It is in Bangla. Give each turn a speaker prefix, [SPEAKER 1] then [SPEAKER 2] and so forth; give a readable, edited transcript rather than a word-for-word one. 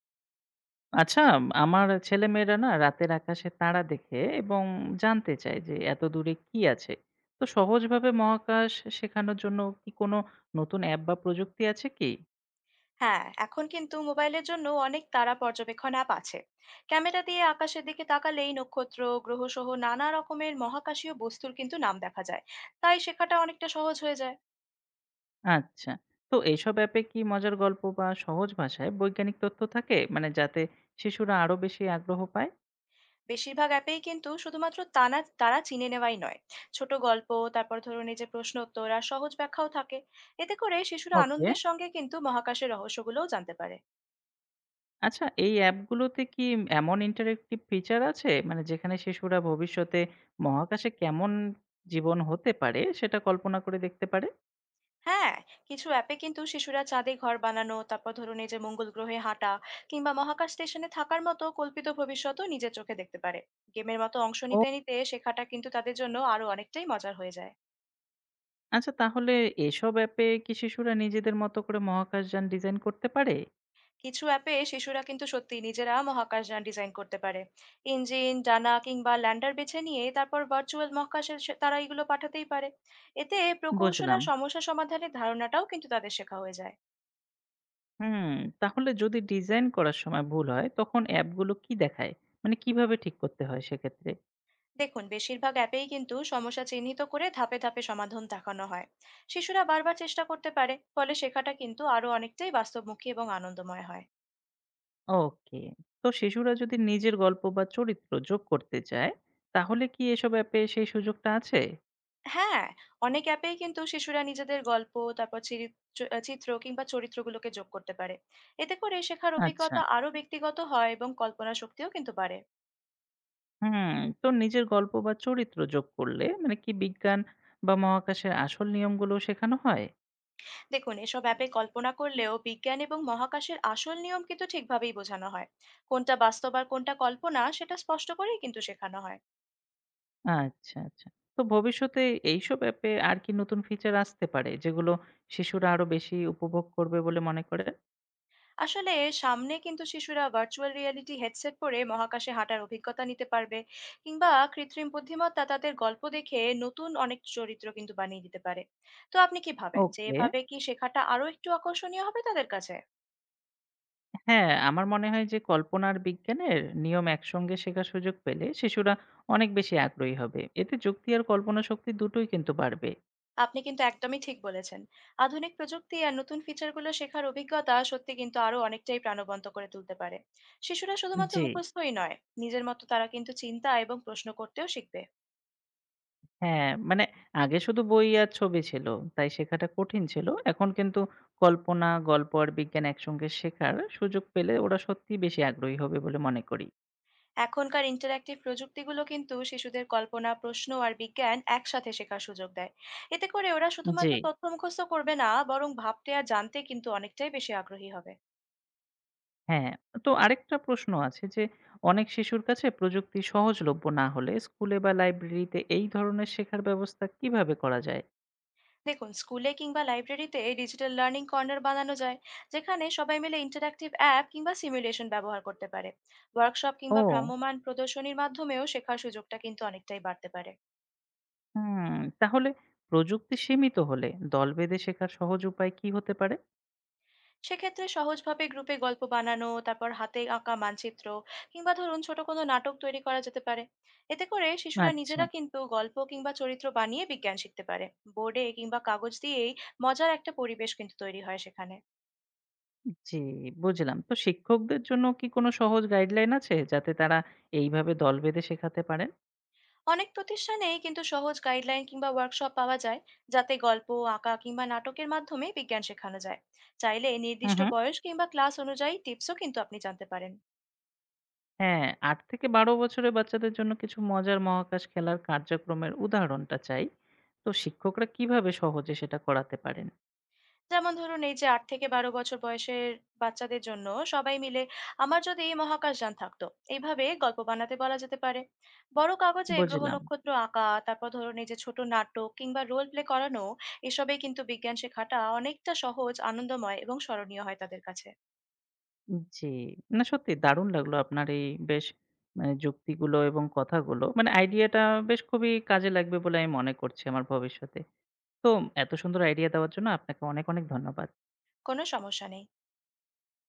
[SPEAKER 1] আচ্ছা, আমার ছেলেমেয়েরা না রাতের আকাশে তারা দেখে এবং জানতে চায় যে এত দূরে কি আছে। তো সহজভাবে মহাকাশ শেখানোর জন্য কি কোনো নতুন অ্যাপ বা প্রযুক্তি আছে কি?
[SPEAKER 2] হ্যাঁ, এখন কিন্তু মোবাইলের জন্য অনেক তারা পর্যবেক্ষণ অ্যাপ আছে। ক্যামেরা দিয়ে আকাশের দিকে তাকালেই নক্ষত্র, গ্রহ সহ নানা রকমের মহাকাশীয় বস্তুর কিন্তু নাম দেখা যায়। তাই শেখাটা অনেকটা সহজ হয়ে যায়।
[SPEAKER 1] আচ্ছা। তো এইসব অ্যাপে কি মজার গল্প বা সহজ ভাষায় বৈজ্ঞানিক তথ্য থাকে? মানে যাতে শিশুরা আরো বেশি আগ্রহ পায়?
[SPEAKER 2] বেশিরভাগ অ্যাপেই কিন্তু শুধুমাত্র তারা তারা চিনে নেওয়াই নয়, ছোট গল্প, তারপর ধরুন এই যে প্রশ্ন উত্তর আর সহজ ব্যাখ্যাও থাকে। এতে করে শিশুরা
[SPEAKER 1] ওকে।
[SPEAKER 2] আনন্দের সঙ্গে কিন্তু মহাকাশের রহস্যগুলোও জানতে পারে।
[SPEAKER 1] আচ্ছা এই অ্যাপগুলোতে কি এমন ইন্টারেক্টিভ ফিচার আছে? মানে যেখানে শিশুরা ভবিষ্যতে মহাকাশে কেমন জীবন হতে পারে সেটা কল্পনা করে দেখতে পারে?
[SPEAKER 2] হ্যাঁ, কিছু অ্যাপে কিন্তু শিশুরা চাঁদে ঘর বানানো, তারপর ধরুন এই যে মঙ্গল গ্রহে হাঁটা কিংবা মহাকাশ স্টেশনে থাকার মতো কল্পিত ভবিষ্যতও নিজের চোখে দেখতে পারে। গেমের মতো অংশ
[SPEAKER 1] ও
[SPEAKER 2] নিতে নিতে শেখাটা কিন্তু তাদের জন্য আরো অনেকটাই মজার হয়ে যায়।
[SPEAKER 1] আচ্ছা তাহলে এসব অ্যাপে কি শিশুরা নিজেদের মতো করে মহাকাশযান ডিজাইন করতে পারে?
[SPEAKER 2] কিছু অ্যাপে শিশুরা কিন্তু সত্যি নিজেরা মহাকাশযান ডিজাইন করতে পারে। ইঞ্জিন, ডানা কিংবা ল্যান্ডার বেছে নিয়ে তারপর ভার্চুয়াল মহাকাশে তারা এগুলো পাঠাতেই পারে। এতে প্রকৌশল
[SPEAKER 1] বুঝলাম।
[SPEAKER 2] আর সমস্যা সমাধানের ধারণাটাও কিন্তু তাদের শেখা হয়ে যায়।
[SPEAKER 1] হুম, তাহলে যদি ডিজাইন করার সময় ভুল হয় তখন অ্যাপগুলো কি দেখায়? মানে কিভাবে ঠিক করতে হয় সেক্ষেত্রে?
[SPEAKER 2] দেখুন, বেশিরভাগ অ্যাপেই কিন্তু সমস্যা চিহ্নিত করে ধাপে ধাপে সমাধান দেখানো হয়। শিশুরা বারবার চেষ্টা করতে পারে, ফলে শেখাটা কিন্তু আরো অনেকটাই বাস্তবমুখী এবং আনন্দময় হয়।
[SPEAKER 1] ওকে। তো শিশুরা যদি নিজের গল্প বা চরিত্র যোগ করতে চায় তাহলে কি এসব অ্যাপে সেই সুযোগটা আছে?
[SPEAKER 2] হ্যাঁ, অনেক অ্যাপেই কিন্তু শিশুরা নিজেদের গল্প, তারপর চিত্র কিংবা চরিত্রগুলোকে যোগ করতে পারে। এতে করে শেখার
[SPEAKER 1] আচ্ছা।
[SPEAKER 2] অভিজ্ঞতা আরো ব্যক্তিগত হয় এবং কল্পনা শক্তিও কিন্তু বাড়ে।
[SPEAKER 1] হুম, তো নিজের গল্প বা চরিত্র যোগ করলে মানে কি বিজ্ঞান বা মহাকাশের আসল নিয়মগুলো শেখানো হয়?
[SPEAKER 2] দেখুন, এসব অ্যাপে কল্পনা করলেও বিজ্ঞান এবং মহাকাশের আসল নিয়ম কিন্তু ঠিকভাবেই বোঝানো হয়। কোনটা বাস্তব আর কোনটা কল্পনা, সেটা স্পষ্ট করেই কিন্তু শেখানো হয়।
[SPEAKER 1] আচ্ছা, আচ্ছা। তো ভবিষ্যতে এইসব অ্যাপে আর কি নতুন ফিচার আসতে পারে যেগুলো শিশুরা আরো বেশি উপভোগ করবে বলে মনে করেন?
[SPEAKER 2] আসলে সামনে কিন্তু শিশুরা ভার্চুয়াল রিয়েলিটি হেডসেট পরে মহাকাশে হাঁটার অভিজ্ঞতা নিতে পারবে। কিংবা কৃত্রিম বুদ্ধিমত্তা তাদের গল্প দেখে নতুন অনেক চরিত্র কিন্তু বানিয়ে দিতে পারে। তো আপনি কি ভাবেন যে
[SPEAKER 1] ওকে।
[SPEAKER 2] এভাবে কি শেখাটা আরো একটু আকর্ষণীয় হবে তাদের কাছে?
[SPEAKER 1] হ্যাঁ, আমার মনে হয় যে কল্পনা আর বিজ্ঞানের নিয়ম একসঙ্গে শেখার সুযোগ পেলে শিশুরা অনেক বেশি আগ্রহী হবে। এতে যুক্তি আর কল্পনা শক্তি দুটোই কিন্তু বাড়বে।
[SPEAKER 2] আপনি কিন্তু একদমই ঠিক বলেছেন। আধুনিক প্রযুক্তি আর নতুন ফিচারগুলো শেখার অভিজ্ঞতা সত্যি কিন্তু আরো অনেকটাই প্রাণবন্ত করে তুলতে পারে। শিশুরা শুধুমাত্র
[SPEAKER 1] জি।
[SPEAKER 2] মুখস্থই নয়, নিজের মতো তারা কিন্তু চিন্তা এবং প্রশ্ন করতেও শিখবে।
[SPEAKER 1] হ্যাঁ, মানে আগে শুধু বই আর ছবি ছিল। তাই শেখাটা কঠিন ছিল। এখন কিন্তু কল্পনা, গল্প আর বিজ্ঞান একসঙ্গে শেখার সুযোগ পেলে ওরা সত্যিই বেশি আগ্রহী হবে বলে মনে করি।
[SPEAKER 2] এখনকার ইন্টারঅ্যাক্টিভ প্রযুক্তিগুলো কিন্তু শিশুদের কল্পনা, প্রশ্ন আর বিজ্ঞান একসাথে শেখার সুযোগ দেয়। এতে করে ওরা
[SPEAKER 1] জি।
[SPEAKER 2] শুধুমাত্র তথ্য মুখস্থ করবে না, বরং ভাবতে আর জানতে কিন্তু অনেকটাই বেশি আগ্রহী হবে।
[SPEAKER 1] হ্যাঁ, তো আরেকটা প্রশ্ন আছে যে অনেক শিশুর কাছে প্রযুক্তি সহজলভ্য না হলে স্কুলে বা লাইব্রেরিতে এই ধরনের শেখার ব্যবস্থা কিভাবে করা যায়?
[SPEAKER 2] দেখুন, স্কুলে কিংবা লাইব্রেরিতে ডিজিটাল লার্নিং কর্নার বানানো যায়, যেখানে সবাই মিলে ইন্টারঅ্যাক্টিভ অ্যাপ কিংবা সিমুলেশন ব্যবহার করতে পারে। ওয়ার্কশপ কিংবা
[SPEAKER 1] ও,
[SPEAKER 2] ভ্রাম্যমাণ প্রদর্শনীর মাধ্যমেও শেখার সুযোগটা কিন্তু অনেকটাই বাড়তে পারে।
[SPEAKER 1] হুম, তাহলে প্রযুক্তি সীমিত হলে দল বেঁধে শেখার সহজ উপায় কি হতে পারে?
[SPEAKER 2] সেক্ষেত্রে সহজভাবে গ্রুপে গল্প বানানো, তারপর হাতে আঁকা মানচিত্র কিংবা ধরুন ছোট কোনো নাটক তৈরি করা যেতে পারে। এতে করে শিশুরা
[SPEAKER 1] আচ্ছা।
[SPEAKER 2] নিজেরা কিন্তু গল্প কিংবা চরিত্র বানিয়ে বিজ্ঞান শিখতে পারে। বোর্ডে কিংবা কাগজ দিয়েই মজার একটা পরিবেশ কিন্তু তৈরি হয় সেখানে।
[SPEAKER 1] জি, বুঝলাম। তো শিক্ষকদের জন্য কি কোনো সহজ গাইডলাইন আছে যাতে তারা এইভাবে দল বেঁধে শেখাতে পারেন?
[SPEAKER 2] অনেক প্রতিষ্ঠানেই কিন্তু সহজ গাইডলাইন কিংবা ওয়ার্কশপ পাওয়া যায়, যাতে গল্প, আঁকা কিংবা নাটকের মাধ্যমে বিজ্ঞান শেখানো যায়। চাইলে
[SPEAKER 1] হুম
[SPEAKER 2] নির্দিষ্ট
[SPEAKER 1] হুম
[SPEAKER 2] বয়স কিংবা ক্লাস অনুযায়ী টিপসও কিন্তু আপনি জানতে পারেন।
[SPEAKER 1] হ্যাঁ, ৮ থেকে ১২ বছরের বাচ্চাদের জন্য কিছু মজার মহাকাশ খেলার কার্যক্রমের উদাহরণটা চাই। তো শিক্ষকরা কিভাবে সহজে সেটা করাতে পারেন?
[SPEAKER 2] যেমন ধরুন এই যে ৮ থেকে ১২ বছর বয়সের বাচ্চাদের জন্য সবাই মিলে "আমার যদি এই মহাকাশযান থাকতো" এইভাবে গল্প বানাতে বলা যেতে পারে। বড় কাগজে গ্রহ
[SPEAKER 1] বুঝলাম।
[SPEAKER 2] নক্ষত্র আঁকা, তারপর ধরুন এই যে ছোট নাটক কিংবা রোল প্লে করানো। এসবে কিন্তু বিজ্ঞান শেখাটা অনেকটা সহজ, আনন্দময় এবং স্মরণীয় হয় তাদের কাছে।
[SPEAKER 1] জি। না, সত্যি দারুণ লাগলো আপনার এই বেশ মানে যুক্তিগুলো এবং কথাগুলো। মানে আইডিয়াটা বেশ খুবই কাজে লাগবে বলে আমি মনে করছি আমার ভবিষ্যতে। তো এত সুন্দর আইডিয়া দেওয়ার জন্য আপনাকে অনেক, অনেক ধন্যবাদ।
[SPEAKER 2] কোনো সমস্যা নেই।